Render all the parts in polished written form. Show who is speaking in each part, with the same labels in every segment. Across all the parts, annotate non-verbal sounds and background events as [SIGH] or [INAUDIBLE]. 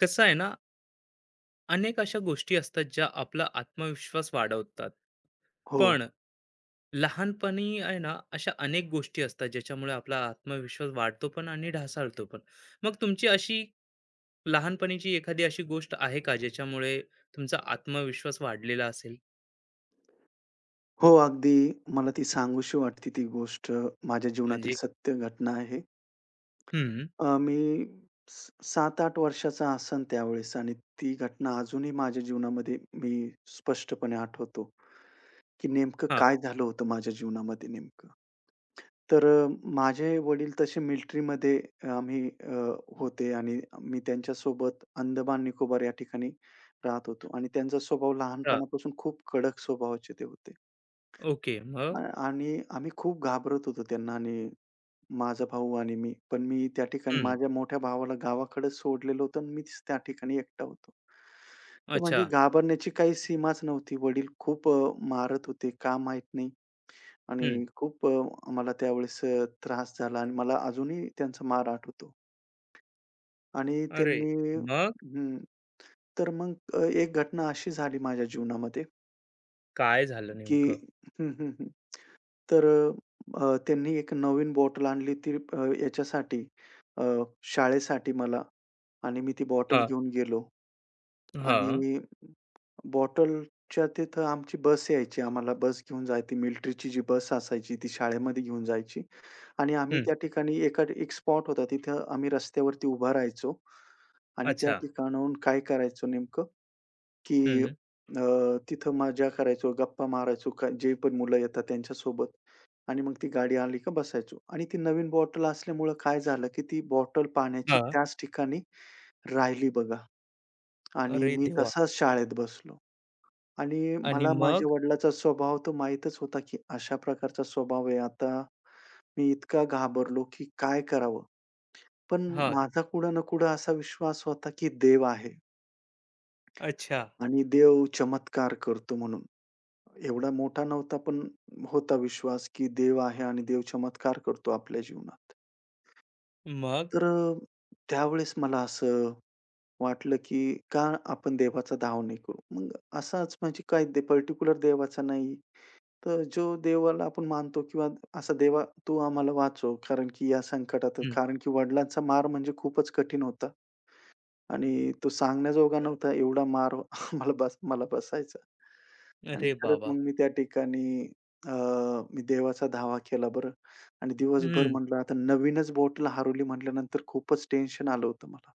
Speaker 1: कसं आहे ना अनेक अशा गोष्टी असतात ज्या आपला आत्मविश्वास वाढवतात.
Speaker 2: हो.
Speaker 1: पण लहानपणी आहे ना अशा अनेक गोष्टी असतात ज्याच्यामुळे आपला आत्मविश्वास वाढतो पण आणि ढासाळतो पण. मग तुमची अशी लहानपणीची एखादी अशी गोष्ट आहे का ज्याच्यामुळे तुमचा आत्मविश्वास वाढलेला असेल?
Speaker 2: हो, अगदी मला ती सांगूशी वाटते ती गोष्ट. माझ्या जीवनातील
Speaker 1: म्हणजे
Speaker 2: सत्य घटना आहे.
Speaker 1: हम्म.
Speaker 2: मी 7 वर्षाचा असेन त्यावेळेस, आणि ती घटना अजूनही माझ्या जीवनामध्ये मी स्पष्टपणे आठवतो, की नेमकं
Speaker 1: हा.
Speaker 2: काय झालं होतं माझ्या जीवनामध्ये नेमकं. तर माझे वडील तसे मिलिटरीमध्ये आम्ही होते, आणि मी त्यांच्यासोबत अंदमान निकोबार या ठिकाणी राहत होतो, आणि त्यांचा स्वभाव
Speaker 1: हा,
Speaker 2: लहानपणापासून खूप कडक स्वभावाचे ते होते.
Speaker 1: ओके. मग
Speaker 2: आणि आम्ही खूप घाबरत होतो त्यांना, आणि माझा भाऊ आणि मी. पण मी त्या ठिकाणी
Speaker 1: हम्म.
Speaker 2: माझ्या मोठ्या भावाला गावाकडे सोडलेलं होतं आणि मीच त्या ठिकाणी एकटा होतो. तर
Speaker 1: अच्छा.
Speaker 2: म्हणजे घाबरण्याची काही सीमाच नव्हती. वडील खूप मारत होते, का माहीत नाही,
Speaker 1: हम्म.
Speaker 2: आणि खूप मला त्यावेळेस त्रास झाला आणि मला अजूनही त्यांचा मार आठवतो. आणि
Speaker 1: अरे.
Speaker 2: त्यांनी
Speaker 1: मग
Speaker 2: हं. तर मग एक घटना अशी झाली माझ्या जीवनामध्ये,
Speaker 1: काय झालं
Speaker 2: की
Speaker 1: नेमकं?
Speaker 2: [LAUGHS] तर अ, अ, त्यांनी एक नवीन बॉटल आणली ती याच्यासाठी, अ, शाळेसाठी मला, आणि मी ती बॉटल
Speaker 1: हा.
Speaker 2: घेऊन गेलो.
Speaker 1: हा.
Speaker 2: आणि बॉटलच्या तिथं आमची बस यायची. आम्हाला बस घेऊन जायची. मिलिटरीची जी बस असायची ती शाळेमध्ये घेऊन जायची. आणि आम्ही
Speaker 1: हम्म.
Speaker 2: त्या ठिकाणी एक स्पॉट होता, तिथं आम्ही रस्त्यावरती उभा राहायचो. आणि त्या
Speaker 1: अच्छा.
Speaker 2: ठिकाणाहून काय करायचो नेमकं, की
Speaker 1: हम्म.
Speaker 2: तिथं मजा करायचो, गप्पा मारायचो, का जे पण मुलं येतात त्यांच्यासोबत. आणि मग ती गाडी आली का बसायचो. आणि ती नवीन बॉटल असल्यामुळं काय झालं, की ती बॉटल पाण्याची
Speaker 1: हा.
Speaker 2: त्याच ठिकाणी राहिली बघा, आणि
Speaker 1: अरे
Speaker 2: मी
Speaker 1: देवा.
Speaker 2: तसाच शाळेत बसलो. आणि
Speaker 1: आणि
Speaker 2: मला
Speaker 1: मग?
Speaker 2: माझ्या वडिलांचा स्वभाव तर माहीतच होता, की अशा प्रकारचा स्वभाव आहे. आता मी इतका घाबरलो, की काय करावं? पण
Speaker 1: हां.
Speaker 2: माझा कुठं ना कुठं असा विश्वास होता, की देव आहे
Speaker 1: अच्छा.
Speaker 2: आणि देव चमत्कार करतो म्हणून. एवढा मोठा नव्हता, पण होता विश्वास, की देव आहे आणि देव चमत्कार करतो आपल्या जीवनात.
Speaker 1: मग?
Speaker 2: तर त्यावेळेस मला असं वाटलं, की का आपण देवाचा धाव नाही करू? मग असाच, म्हणजे काय ते पर्टिक्युलर देवाचा नाही, तर जो देवाला आपण मानतो, किंवा असा, देवा तू आम्हाला वाचव, कारण की या संकटात,
Speaker 1: हं.
Speaker 2: कारण की वडिलांचा मार म्हणजे खूपच कठीण होता. आणि तो सांगण्याजोगा नव्हता एवढा मार. [LAUGHS] मला बस मला बसायचा. आणि
Speaker 1: अरे
Speaker 2: खरंच
Speaker 1: बाबा!
Speaker 2: मग मी त्या ठिकाणी अ, मी देवाचा धावा केला बरं. आणि दिवसभर
Speaker 1: हं.
Speaker 2: म्हटलं आता नवीनच बॉटल हरवली, म्हटल्यानंतर खूपच टेन्शन आलं होतं मला.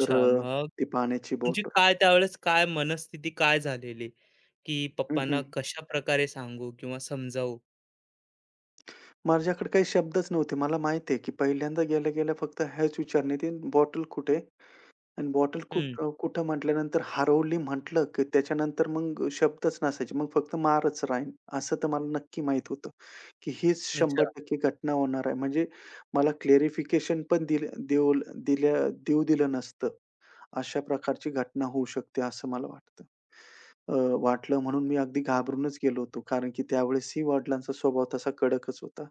Speaker 2: तर
Speaker 1: मग
Speaker 2: ती पाण्याची
Speaker 1: म्हणजे
Speaker 2: बॉटल.
Speaker 1: काय त्यावेळेस काय मनस्थिती काय झालेली, की
Speaker 2: हं,
Speaker 1: पप्पांना
Speaker 2: हं.
Speaker 1: कशाप्रकारे सांगू किंवा समजावू?
Speaker 2: माझ्याकडे काही शब्दच नव्हते. मला माहिती आहे, की पहिल्यांदा गेल्या-गेल्या फक्त ह्याच विचारण्यात येईल, "बॉटल कुठे?" आणि बॉटल
Speaker 1: हं.
Speaker 2: कुठं म्हटल्यानंतर हरवली म्हटलं, की त्याच्यानंतर मग शब्दच नसायचे. मग फक्त मारच राहील, असं तर मला नक्की माहीत होतं, की हीच
Speaker 1: अच्छा,
Speaker 2: 100% घटना होणार आहे. म्हणजे मला क्लेरिफिकेशन पण दिल देऊ दिल्या देऊ दिलं नसतं. अशा प्रकारची घटना होऊ शकते, असं मला वाटतं. वाटलं, म्हणून मी अगदी घाबरूनच गेलो होतो, कारण की त्यावेळेसही वडिलांचा स्वभाव तसा कडकच होता.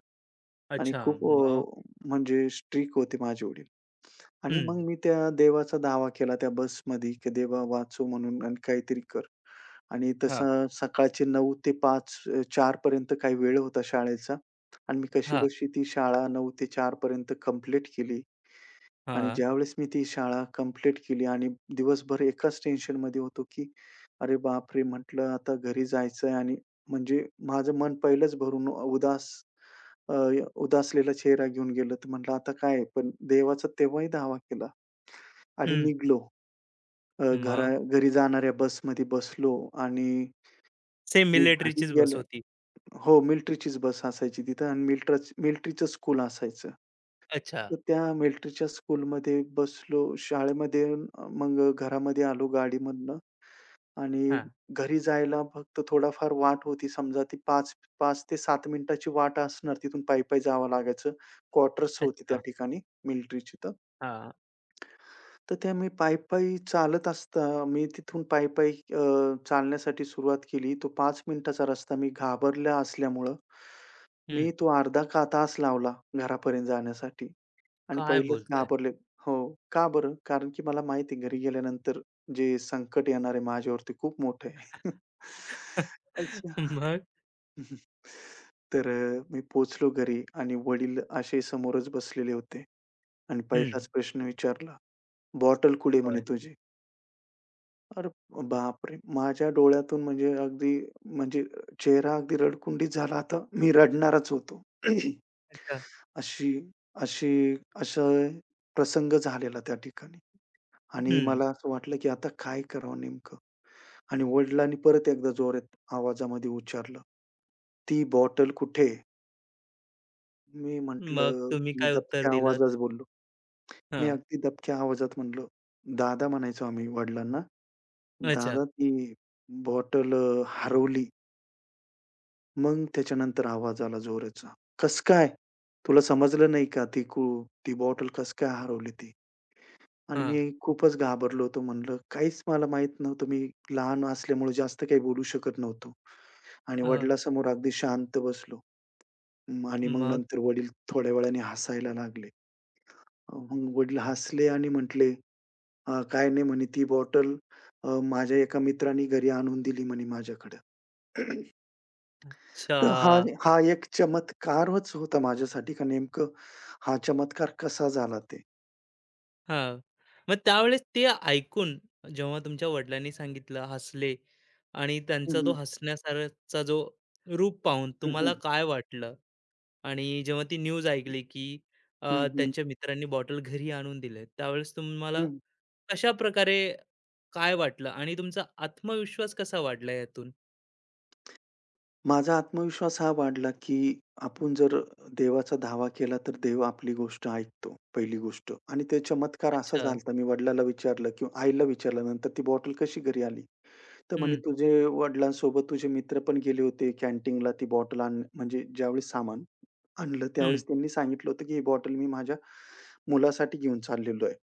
Speaker 2: आणि
Speaker 1: अच्छा.
Speaker 2: खूप
Speaker 1: मग?
Speaker 2: म्हणजे स्ट्रिक्ट होते माझे वडील. आणि
Speaker 1: हं.
Speaker 2: मग मी त्या देवाचा दावा केला त्या बसमध्ये, की देवा वाचव म्हणून, आणि काहीतरी कर. आणि
Speaker 1: हां.
Speaker 2: तसा सकाळचे 9 ते 5 4 पर्यंत काही वेळ होता शाळेचा. आणि मी
Speaker 1: हां,
Speaker 2: कशीबशी ती शाळा 9 ते 4 पर्यंत कंप्लीट केली. आणि
Speaker 1: हां.
Speaker 2: ज्यावेळेस मी ती शाळा कंप्लीट केली, आणि दिवसभर एकाच टेन्शनमध्ये होतो, की "अरे बापरे!" म्हटलं, "आता घरी जायचंय," आणि म्हणजे माझं मन पहिलंच भरून उदास, अ, उदासलेला चेहरा घेऊन गेलं. तर म्हटलं, "आता काय?" पण देवाचा तेव्हाही धावा केला आणि
Speaker 1: हं.
Speaker 2: निघालो. अ, घरा
Speaker 1: मग?
Speaker 2: घरी जाणाऱ्या बसमध्ये बसलो. आणि
Speaker 1: सेम
Speaker 2: मी घरी
Speaker 1: मिलिटरीचीच बस
Speaker 2: गेल्या
Speaker 1: होती.
Speaker 2: हो, मिलिटरीचीच बस असायची तिथं, आणि मिलिटरीचं स्कूल असायचं.
Speaker 1: अच्छा.
Speaker 2: तर त्या मिलिटरीच्या स्कूलमध्ये बसलो, शाळेमध्ये येऊन मग घरामध्ये आलो गाडीमधनं. आणि
Speaker 1: हां.
Speaker 2: घरी जायला फक्त थोडाफार वाट होती. समजा ती 5 ते 7 मिनिटाची वाट असणार. तिथून पायी-पायी जावं लागायचं. क्वार्टर्स होती त्या
Speaker 1: अच्छा.
Speaker 2: ठिकाणी मिलिटरीची तर.
Speaker 1: हां.
Speaker 2: तर त्या मी पायी-पायी चालत असता, मी तिथून पायी-पायी चालण्यासाठी सुरुवात केली. तो 5 मिनिटाचा रस्ता मी घाबरला असल्यामुळं,
Speaker 1: हं.
Speaker 2: मी तो अर्धा का तास लावला घरापर्यंत जाण्यासाठी. आणि
Speaker 1: काय
Speaker 2: पहिलेच
Speaker 1: बोलताय?
Speaker 2: घाबरले. हो. का बरं? कारण की मला माहिती आहे, घरी गेल्यानंतर जे संकट येणार आहे माझ्यावरती खूप मोठं आहे. [LAUGHS]
Speaker 1: [LAUGHS]
Speaker 2: अच्छा.
Speaker 1: मग?
Speaker 2: हं, तर मी पोचलो घरी आणि वडील असे समोरच बसलेले होते. आणि
Speaker 1: हं.
Speaker 2: पहिलाच प्रश्न विचारला, "बॉटल कुठे?" म्हणे
Speaker 1: होय.
Speaker 2: तुझी. अरे बापरे! माझ्या डोळ्यातून म्हणजे अगदी, म्हणजे चेहरा अगदी रडकुंडीत झाला आता. मी रडणारच होतो. [CLEARS THROAT]
Speaker 1: अच्छा.
Speaker 2: अशी अशी असा प्रसंग झालेला त्या ठिकाणी. आणि
Speaker 1: हं.
Speaker 2: मला असं वाटलं, की आता काय करावं नेमकं? आणि वडिलांनी परत एकदा जोरात आवाजामध्ये उच्चारलं, "ती बॉटल कुठे आहे?" मी
Speaker 1: मग
Speaker 2: म्हटलं,
Speaker 1: तुम्ही
Speaker 2: मी
Speaker 1: काय उत्तर
Speaker 2: दबक्या
Speaker 1: दिलं?
Speaker 2: आवाजात बोललो. मी
Speaker 1: हां.
Speaker 2: अगदी दबक्या आवाजात म्हणलो, "दादा" म्हणायचो आम्ही वडिलांना,
Speaker 1: अच्छा.
Speaker 2: "दादा ती बॉटल हरवली." मग त्याच्यानंतर आवाज आला जोराचा, "कसं काय? तुला समजलं नाही का? ती बॉटल कसं काय हरवली ती?" आणि मी
Speaker 1: हां,
Speaker 2: खूपच घाबरलो होतो. म्हणलं काहीच मला माहीत नव्हतं. मी लहान असल्यामुळे जास्त काही बोलू शकत नव्हतो, आणि
Speaker 1: हां.
Speaker 2: वडिलांसमोर अगदी शांत बसलो. आणि मग
Speaker 1: मग?
Speaker 2: नंतर वडील थोड्या वेळाने हसायला लागले. मग वडील हसले आणि म्हटले, काय नाही," म्हणे, "ती बॉटल माझ्या एका मित्राने घरी आणून दिली," म्हणे, "माझ्याकडं." [CLEARS THROAT] तर हा
Speaker 1: अच्छा.
Speaker 2: हा एक चमत्कारच होता माझ्यासाठी, का नेमकं हा चमत्कार कसा झाला ते.
Speaker 1: हां. मग त्यावेळेस ते ऐकून जेव्हा तुमच्या वडिलांनी सांगितलं, हसले आणि
Speaker 2: हं,
Speaker 1: त्यांचा तो
Speaker 2: हं.
Speaker 1: हसण्यासारखा जो रूप पाहून
Speaker 2: हं,
Speaker 1: तुम्हाला
Speaker 2: हं.
Speaker 1: काय वाटलं? आणि जेव्हा ती न्यूज ऐकली की
Speaker 2: हं,
Speaker 1: अ,
Speaker 2: हं.
Speaker 1: त्यांच्या मित्रांनी बॉटल घरी आणून दिले, त्यावेळेस तुम्हाला कशाप्रकारे काय वाटलं आणि तुमचा आत्मविश्वास कसा वाढला यातून?
Speaker 2: माझा आत्मविश्वास हा वाढला, की आपण जर देवाचा धावा केला, तर देव आपली गोष्ट ऐकतो, पहिली गोष्ट. आणि ते चमत्कार असा झाला
Speaker 1: अच्छा.
Speaker 2: होता. मी वडिलाला विचारलं, किंवा आईला विचारलं नंतर, "ती बॉटल कशी घरी आली?" तर म्हणे,
Speaker 1: हं,
Speaker 2: "तुझे वडिलांसोबत तुझे मित्र पण गेले होते कॅन्टीनला ती बॉटल आण," म्हणजे ज्यावेळेस सामान आणलं,
Speaker 1: हं.
Speaker 2: त्यावेळेस त्यांनी सांगितलं होतं, की "ही बॉटल मी माझ्या मुलासाठी घेऊन चाललेलो आहे."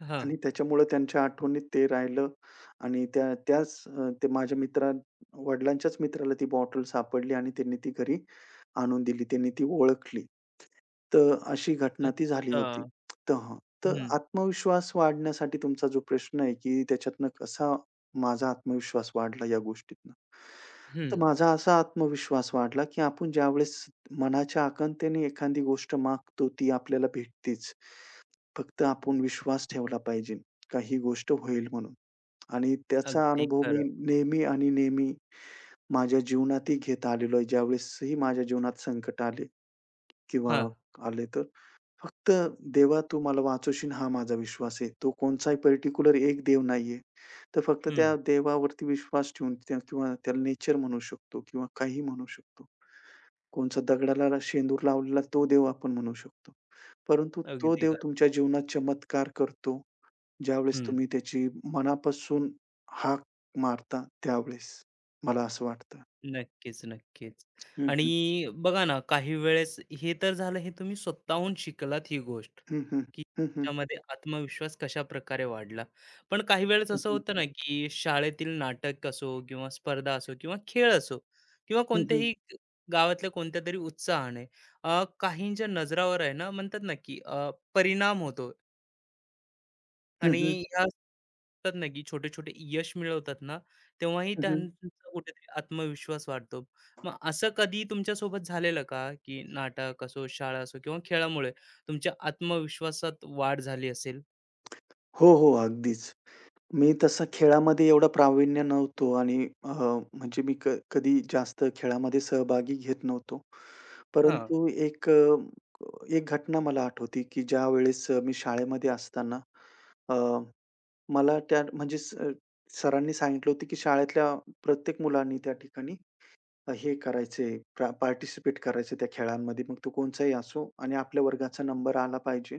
Speaker 1: हां.
Speaker 2: आणि त्याच्यामुळं त्यांच्या आठवणीत ते राहिलं, आणि त्या त्याच अ, ते माझ्या मित्रा वडिलांच्याच मित्राला ती बॉटल सापडली, आणि त्यांनी ती घरी आणून दिली. त्यांनी ती ओळखली. तर अशी घटना ती झाली
Speaker 1: अच्छा.
Speaker 2: होती. तर हं. तर
Speaker 1: हं,
Speaker 2: आत्मविश्वास वाढण्यासाठी तुमचा जो प्रश्न आहे, की त्याच्यातनं कसा माझा आत्मविश्वास वाढला या गोष्टीतनं. तर
Speaker 1: हं.
Speaker 2: माझा असा आत्मविश्वास वाढला, की आपण ज्यावेळेस मनाच्या आकांक्षेने एखादी गोष्ट मागतो, ती आपल्याला भेटतेच. फक्त आपण विश्वास ठेवला पाहिजे, का ही गोष्ट होईल म्हणून. आणि त्याचा
Speaker 1: अगदी
Speaker 2: अनुभव मी
Speaker 1: खरं.
Speaker 2: नेहमी आणि नेहमी माझ्या जीवनातही घेत आलेलो आहे. ज्यावेळेसही माझ्या जीवनात संकट आले, किंवा
Speaker 1: हां.
Speaker 2: आले तर, फक्त देवा तू मला वाचवशील हा माझा विश्वास आहे. तो कोणचाही पर्टिक्युलर एक देव नाहीये. तर फक्त
Speaker 1: हं.
Speaker 2: त्या देवावरती विश्वास ठेवून त्या, किंवा त्याला नेचर म्हणू शकतो, किंवा काहीही म्हणू शकतो. कोणचा दगडाला शेंदूर लावलेला तो देव आपण म्हणू शकतो. परंतु तो
Speaker 1: अगदी
Speaker 2: देव
Speaker 1: खरं.
Speaker 2: तुमच्या जीवनात चमत्कार करतो. ज्यावेळेस
Speaker 1: हं.
Speaker 2: तुम्ही त्याची मनापासून हाक मारता, त्यावेळेस, मला असं वाटतं.
Speaker 1: नक्कीच, नक्कीच.
Speaker 2: हं, हं.
Speaker 1: आणि बघा ना, काही वेळेस हे तर झालं, हे तुम्ही स्वतःहून शिकलात ही गोष्ट,
Speaker 2: हं, हं.
Speaker 1: की
Speaker 2: हं, हं.
Speaker 1: तुमच्यामध्ये आत्मविश्वास कशाप्रकारे वाढला. पण काही वेळेस
Speaker 2: हं,
Speaker 1: असं
Speaker 2: हं.
Speaker 1: होतं ना, की शाळेतील नाटक असो किंवा स्पर्धा असो किंवा खेळ असो किंवा
Speaker 2: हं, हं.
Speaker 1: कोणत्याही गावातल्या कोणत्यातरी उत्साहाने काहींच्या नजरावर आहे ना, म्हणतात ना, की परिणाम होतो.
Speaker 2: हं,
Speaker 1: आणि
Speaker 2: हं.
Speaker 1: ह्या असतात ना, की छोटे-छोटे यश मिळवतात ना, तेव्हाही
Speaker 2: हं, हं.
Speaker 1: त्यांचा कुठेतरी आत्मविश्वास वाढतो. मग असं कधी तुमच्यासोबत झालेलं का, की नाटक असो, शाळा असो किंवा खेळामुळे तुमच्या आत्मविश्वासात वाढ झाली असेल?
Speaker 2: हो, हो. अगदीच. मी तसा खेळामध्ये एवढं प्रावीण्य नव्हतो, आणि अ, म्हणजे मी कधी जास्त खेळामध्ये सहभागी घेत नव्हतो.
Speaker 1: हां.
Speaker 2: परंतु एक एक घटना मला आठवते, की ज्यावेळेस मी शाळेमध्ये असताना अ मला त्या, म्हणजे सरांनी सांगितलं होतं, की शाळेतल्या प्रत्येक मुलांनी त्या ठिकाणी हे करायचे, पार्टिसिपेट करायचे त्या खेळांमध्ये. मग तो कोणचाही असो, आणि आपल्या वर्गाचा नंबर आला पाहिजे.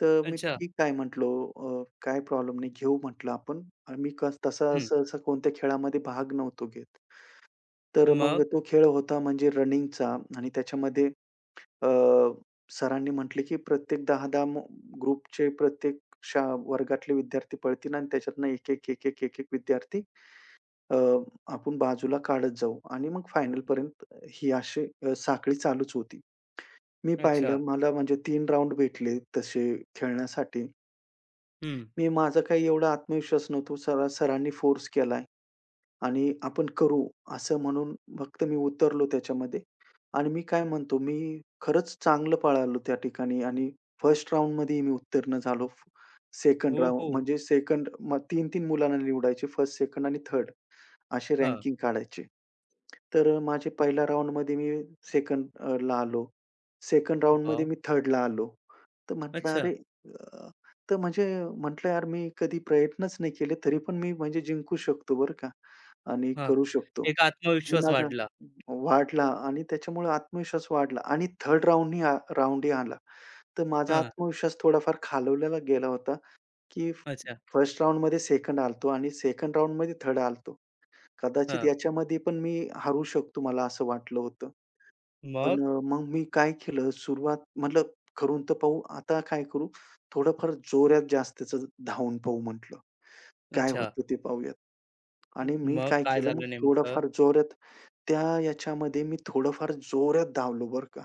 Speaker 2: तर मी
Speaker 1: अच्छा.
Speaker 2: ठीक आहे म्हटलो, "काय प्रॉब्लेम नाही, घेऊ," म्हटलं आपण. आणि मी कस तसा
Speaker 1: हं.
Speaker 2: सहसा कोणत्या खेळामध्ये भाग नव्हतो घेत. तर मग
Speaker 1: मग?
Speaker 2: तो खेळ होता म्हणजे रनिंगचा, आणि त्याच्यामध्ये अ, सरांनी म्हटले, की प्रत्येक 10-10 ग्रुपचे, प्रत्येक शा वर्गातले विद्यार्थी पळतील, आणि त्याच्यातनं एक-एक, एक-एक, एक-एक विद्यार्थी अ, आपण बाजूला काढत जाऊ, आणि मग फायनलपर्यंत ही अशी साखळी चालूच होती. मी
Speaker 1: अच्छा.
Speaker 2: पाहिलं, मला म्हणजे तीन राउंड भेटले तसे खेळण्यासाठी.
Speaker 1: हं.
Speaker 2: मी, माझा काही एवढा आत्मविश्वास नव्हतो. सरांनी फोर्स केला, आणि आपण करू, असं म्हणून फक्त मी उतरलो त्याच्यामध्ये. आणि मी काय म्हणतो, मी खरंच चांगलं पळालो त्या ठिकाणी, आणि फर्स्ट राउंडमध्येही मी उत्तीर्ण झालो. सेकंड
Speaker 1: हो,
Speaker 2: राउंड
Speaker 1: हो.
Speaker 2: म्हणजे सेकंड तीन 3-3 मुलांना निवडायचे, फर्स्ट, सेकंड आणि थर्ड. अशी
Speaker 1: हां.
Speaker 2: रँकिंग काढायची. तर माझे पहिल्या राउंडमध्ये मी सेकंड ला आलो. Second राउंडमध्ये
Speaker 1: wow!
Speaker 2: मी थर्डला आलो. तर म्हटलं
Speaker 1: अच्छा.
Speaker 2: अरे अ, तर म्हणजे म्हटलं यार, मी कधी प्रयत्नच नाही केले, तरी पण मी म्हणजे जिंकू शकतो बरं का, आणि
Speaker 1: हां.
Speaker 2: करू शकतो.
Speaker 1: एक
Speaker 2: आणि
Speaker 1: आत्मविश्वास
Speaker 2: माझा
Speaker 1: वाढला.
Speaker 2: वाढला, आणि त्याच्यामुळे आत्मविश्वास वाढला, आणि थर्ड राउंडही राउंडही आला. तर माझा
Speaker 1: हां.
Speaker 2: आत्मविश्वास थोडाफार खालवलेला गेला होता, की
Speaker 1: अच्छा.
Speaker 2: फर्स्ट राउंडमध्ये सेकंड आलतो, आणि सेकंड राउंडमध्ये थर्ड आलतो. कदाचित
Speaker 1: हां.
Speaker 2: याच्यामध्ये पण मी हरू शकतो, मला असं वाटलं होतं. पण
Speaker 1: मग?
Speaker 2: मग मी काय केलं, सुरुवात म्हटलं करून तर पाहू. आता काय करू, थोडंफार जोरात जास्तीचं धावून पाहू म्हटलं. काय
Speaker 1: अच्छा.
Speaker 2: होतं ते पाहूयात. आणि मी
Speaker 1: मग
Speaker 2: काय
Speaker 1: काय
Speaker 2: केलं मग,
Speaker 1: झालं नेमकं?
Speaker 2: थोडंफार जोरात त्या याच्यामध्ये मी थोडंफार जोरात धावलो बरं का.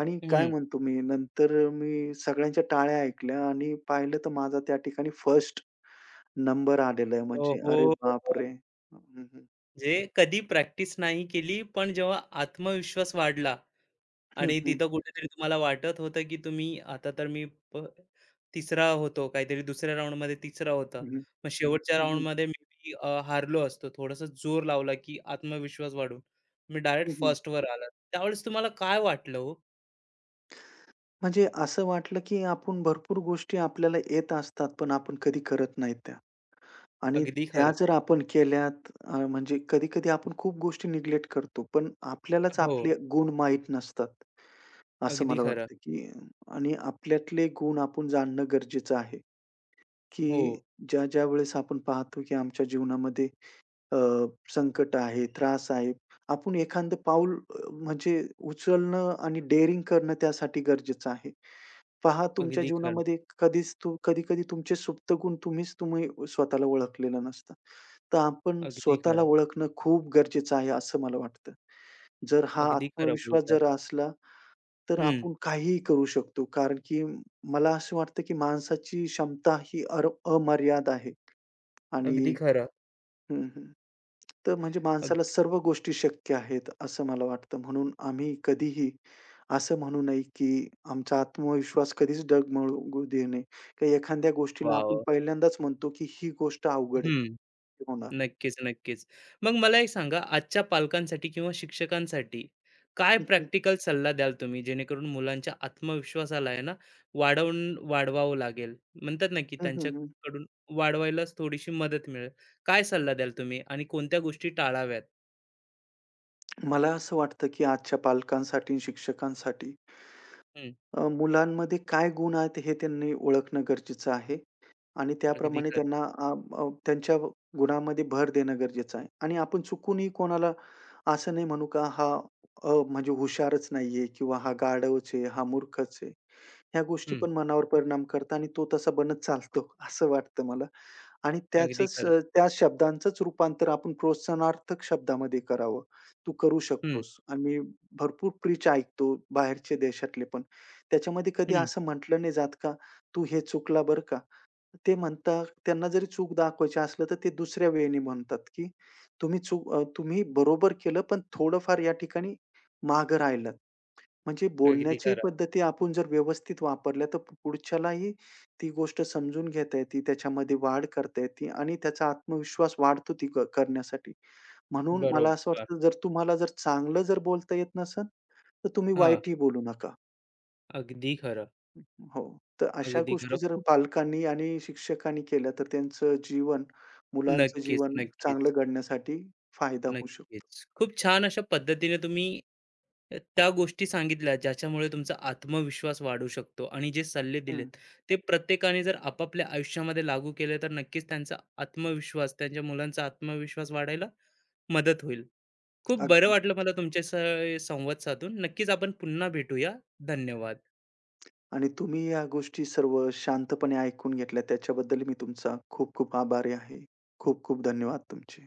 Speaker 2: आणि काय
Speaker 1: हं.
Speaker 2: म्हणतो मी, नंतर मी सगळ्यांच्या टाळ्या ऐकल्या आणि पाहिलं, तर माझा त्या ठिकाणी फर्स्ट नंबर आलेला आहे, म्हणजे
Speaker 1: ओहो!
Speaker 2: अरे बापरे! हं, हं.
Speaker 1: जे कधी प्रॅक्टिस नाही केली, पण जेव्हा आत्मविश्वास वाढला
Speaker 2: हं,
Speaker 1: आणि
Speaker 2: हं.
Speaker 1: तिथं कुठेतरी तुम्हाला वाटत होतं, की तुम्ही आता तर मी प 3रा होतो, काहीतरी दुसऱ्या राउंडमध्ये 3रा होता. मग शेवटच्या
Speaker 2: हं, हं.
Speaker 1: राउंडमध्ये मे बी हारलो असतो. थोडासा जोर लावला, की आत्मविश्वास वाढून मी डायरेक्ट
Speaker 2: हं, हं.
Speaker 1: फर्स्टवर आलात. त्यावेळेस तुम्हाला काय वाटलं हो?
Speaker 2: म्हणजे असं वाटलं, की आपण, भरपूर गोष्टी आपल्याला येत असतात, पण आपण कधी करत नाहीत त्या. आणि
Speaker 1: अगदी
Speaker 2: त्या
Speaker 1: खरं.
Speaker 2: जर आपण केल्यात म्हणजे कधी-कधी आपण खूप गोष्टी निग्लेक्ट करतो, पण आपल्यालाच
Speaker 1: हो,
Speaker 2: आपले गुण माहीत नसतात. असं
Speaker 1: अगदी
Speaker 2: मला
Speaker 1: खरं.
Speaker 2: वाटतं, की आणि आपल्यातले गुण आपण जाणणं गरजेचं आहे, की
Speaker 1: हो,
Speaker 2: ज्या-ज्या वेळेस आपण पाहतो, की आमच्या जीवनामध्ये अ, संकट आहे, त्रास आहे. आपण एखादं पाऊल म्हणजे उचलणं आणि डेअरिंग करणं त्यासाठी गरजेचं आहे. पहा, तुमच्या
Speaker 1: अगदी खरं,
Speaker 2: जीवनामध्ये कधीच तू, कधी-कधी तुमचे सुप्त गुण तुम्हीच तुम्ही स्वतःला ओळखलेलं नसतं. तर आपण
Speaker 1: अगदी
Speaker 2: स्वतःला
Speaker 1: खरं,
Speaker 2: ओळखणं खूप गरजेचं आहे, असं मला वाटतं. जर हा
Speaker 1: अगदी खरं
Speaker 2: आत्मविश्वास
Speaker 1: बोलताय.
Speaker 2: जर असला, तर
Speaker 1: हं,
Speaker 2: आपण काहीही करू शकतो. कारण की मला असं वाटतं, की माणसाची क्षमता ही अमर्याद आहे,
Speaker 1: अगदी
Speaker 2: आणि
Speaker 1: खरं.
Speaker 2: हं, हं. तर म्हणजे
Speaker 1: अग
Speaker 2: माणसाला सर्व गोष्टी शक्य आहेत, असं मला वाटतं. म्हणून आम्ही कधीही असं म्हणू नये, की आमचा आत्मविश्वास कधीच डगमगू देऊ नये. का एखाद्या गोष्टीला आपण
Speaker 1: वॉव!
Speaker 2: पहिल्यांदाच म्हणतो, की ही गोष्ट अवघड आहे,
Speaker 1: हं.
Speaker 2: हे होणार.
Speaker 1: नक्कीच, नक्कीच. मग मला एक सांगा, आजच्या पालकांसाठी किंवा शिक्षकांसाठी काय
Speaker 2: हं, हं.
Speaker 1: प्रॅक्टिकल सल्ला द्याल तुम्ही, जेणेकरून मुलांच्या आत्मविश्वासाला आहे ना, वाढवून वाढवावं लागेल? म्हणतात ना, की
Speaker 2: हं,
Speaker 1: त्यांच्याकडून वाढवायलाच थोडीशी मदत मिळेल. काय सल्ला द्याल तुम्ही आणि कोणत्या गोष्टी टाळाव्यात?
Speaker 2: मला असं वाटतं, की आजच्या पालकांसाठी, शिक्षकांसाठी,
Speaker 1: हं,
Speaker 2: मुलांमध्ये काय गुण आहेत हे त्यांनी ओळखणं गरजेचं आहे. आणि
Speaker 1: अगदी
Speaker 2: त्याप्रमाणे
Speaker 1: खरं.
Speaker 2: त्यांना अ, अ, त्यांच्या गुणामध्ये भर देणं गरजेचं आहे. आणि आपण चुकूनही कोणाला असं नाही म्हणू, का हा म्हणजे हुशारच नाहीये, किंवा हा गाढवच आहे, हा मूर्खच आहे. ह्या गोष्टी
Speaker 1: हं,
Speaker 2: पण मनावर परिणाम करतात, आणि तो तसा बनत चालतो, असं वाटतं मला. आणि
Speaker 1: अगदी
Speaker 2: त्याचंच,
Speaker 1: खरं.
Speaker 2: त्या शब्दांचंच रूपांतर आपण प्रोत्साहनार्थक शब्दामध्ये करावं. तू करू
Speaker 1: हं,
Speaker 2: शकतोस, आणि मी भरपूर प्रीच ऐकतो बाहेरचे देशातले पण. त्याच्यामध्ये कधी
Speaker 1: हं,
Speaker 2: असं म्हटलं नाही जात का, "तू हे चुकला बरं का." ते म्हणतात, त्यांना जरी चूक दाखवायची असलं, तर ते दुसऱ्या वेळेने म्हणतात, की तुम्ही चूक, तुम्ही बरोबर केलं, पण थोडंफार या ठिकाणी मागं राहिलात. म्हणजे
Speaker 1: अगदी
Speaker 2: बोलण्याची
Speaker 1: खरं.
Speaker 2: पद्धती आपण जर व्यवस्थित वापरल्या, तर पुढच्यालाही ती गोष्ट समजून घेता येते, त्याच्यामध्ये वाढ करता येते, आणि त्याचा आत्मविश्वास वाढतो ती करण्यासाठी. म्हणून मला असं
Speaker 1: बरोबर.
Speaker 2: वाटतं, जर तुम्हाला जर चांगलं जर बोलता येत नसेल, तर तुम्ही
Speaker 1: हां,
Speaker 2: वाईटही बोलू नका.
Speaker 1: अगदी खरं,
Speaker 2: हो. तर अशा
Speaker 1: अगदी खरं.
Speaker 2: गोष्टी जर
Speaker 1: खूप
Speaker 2: पालकांनी आणि शिक्षकांनी केल्या, तर त्यांचं जीवन, मुलांचं
Speaker 1: नक्कीच,
Speaker 2: जीवन चांगलं
Speaker 1: नक्कीच.
Speaker 2: घडण्यासाठी फायदा होऊ शकतो.
Speaker 1: नक्कीच. खूप छान अशा पद्धतीने तुम्ही अ, त्या गोष्टी सांगितल्या ज्याच्यामुळे तुमचा आत्मविश्वास वाढू शकतो आणि जे सल्ले
Speaker 2: हं,
Speaker 1: दिलेत ते प्रत्येकाने जर आपापल्या आयुष्यामध्ये लागू केले तर नक्कीच त्यांचा आत्मविश्वास, त्यांच्या मुलांचा आत्मविश्वास वाढायला मदत होईल. खूप बरं
Speaker 2: अगदी.
Speaker 1: वाटलं मला तुमच्याशी संवाद साधून. नक्कीच आपण पुन्हा भेटूया. धन्यवाद.
Speaker 2: आणि तुम्ही या गोष्टी सर्व शांतपणे ऐकून घेतल्या त्याच्याबद्दल मी तुमचा खूप खूप आभारी आहे. खूप खूप धन्यवाद तुमचे.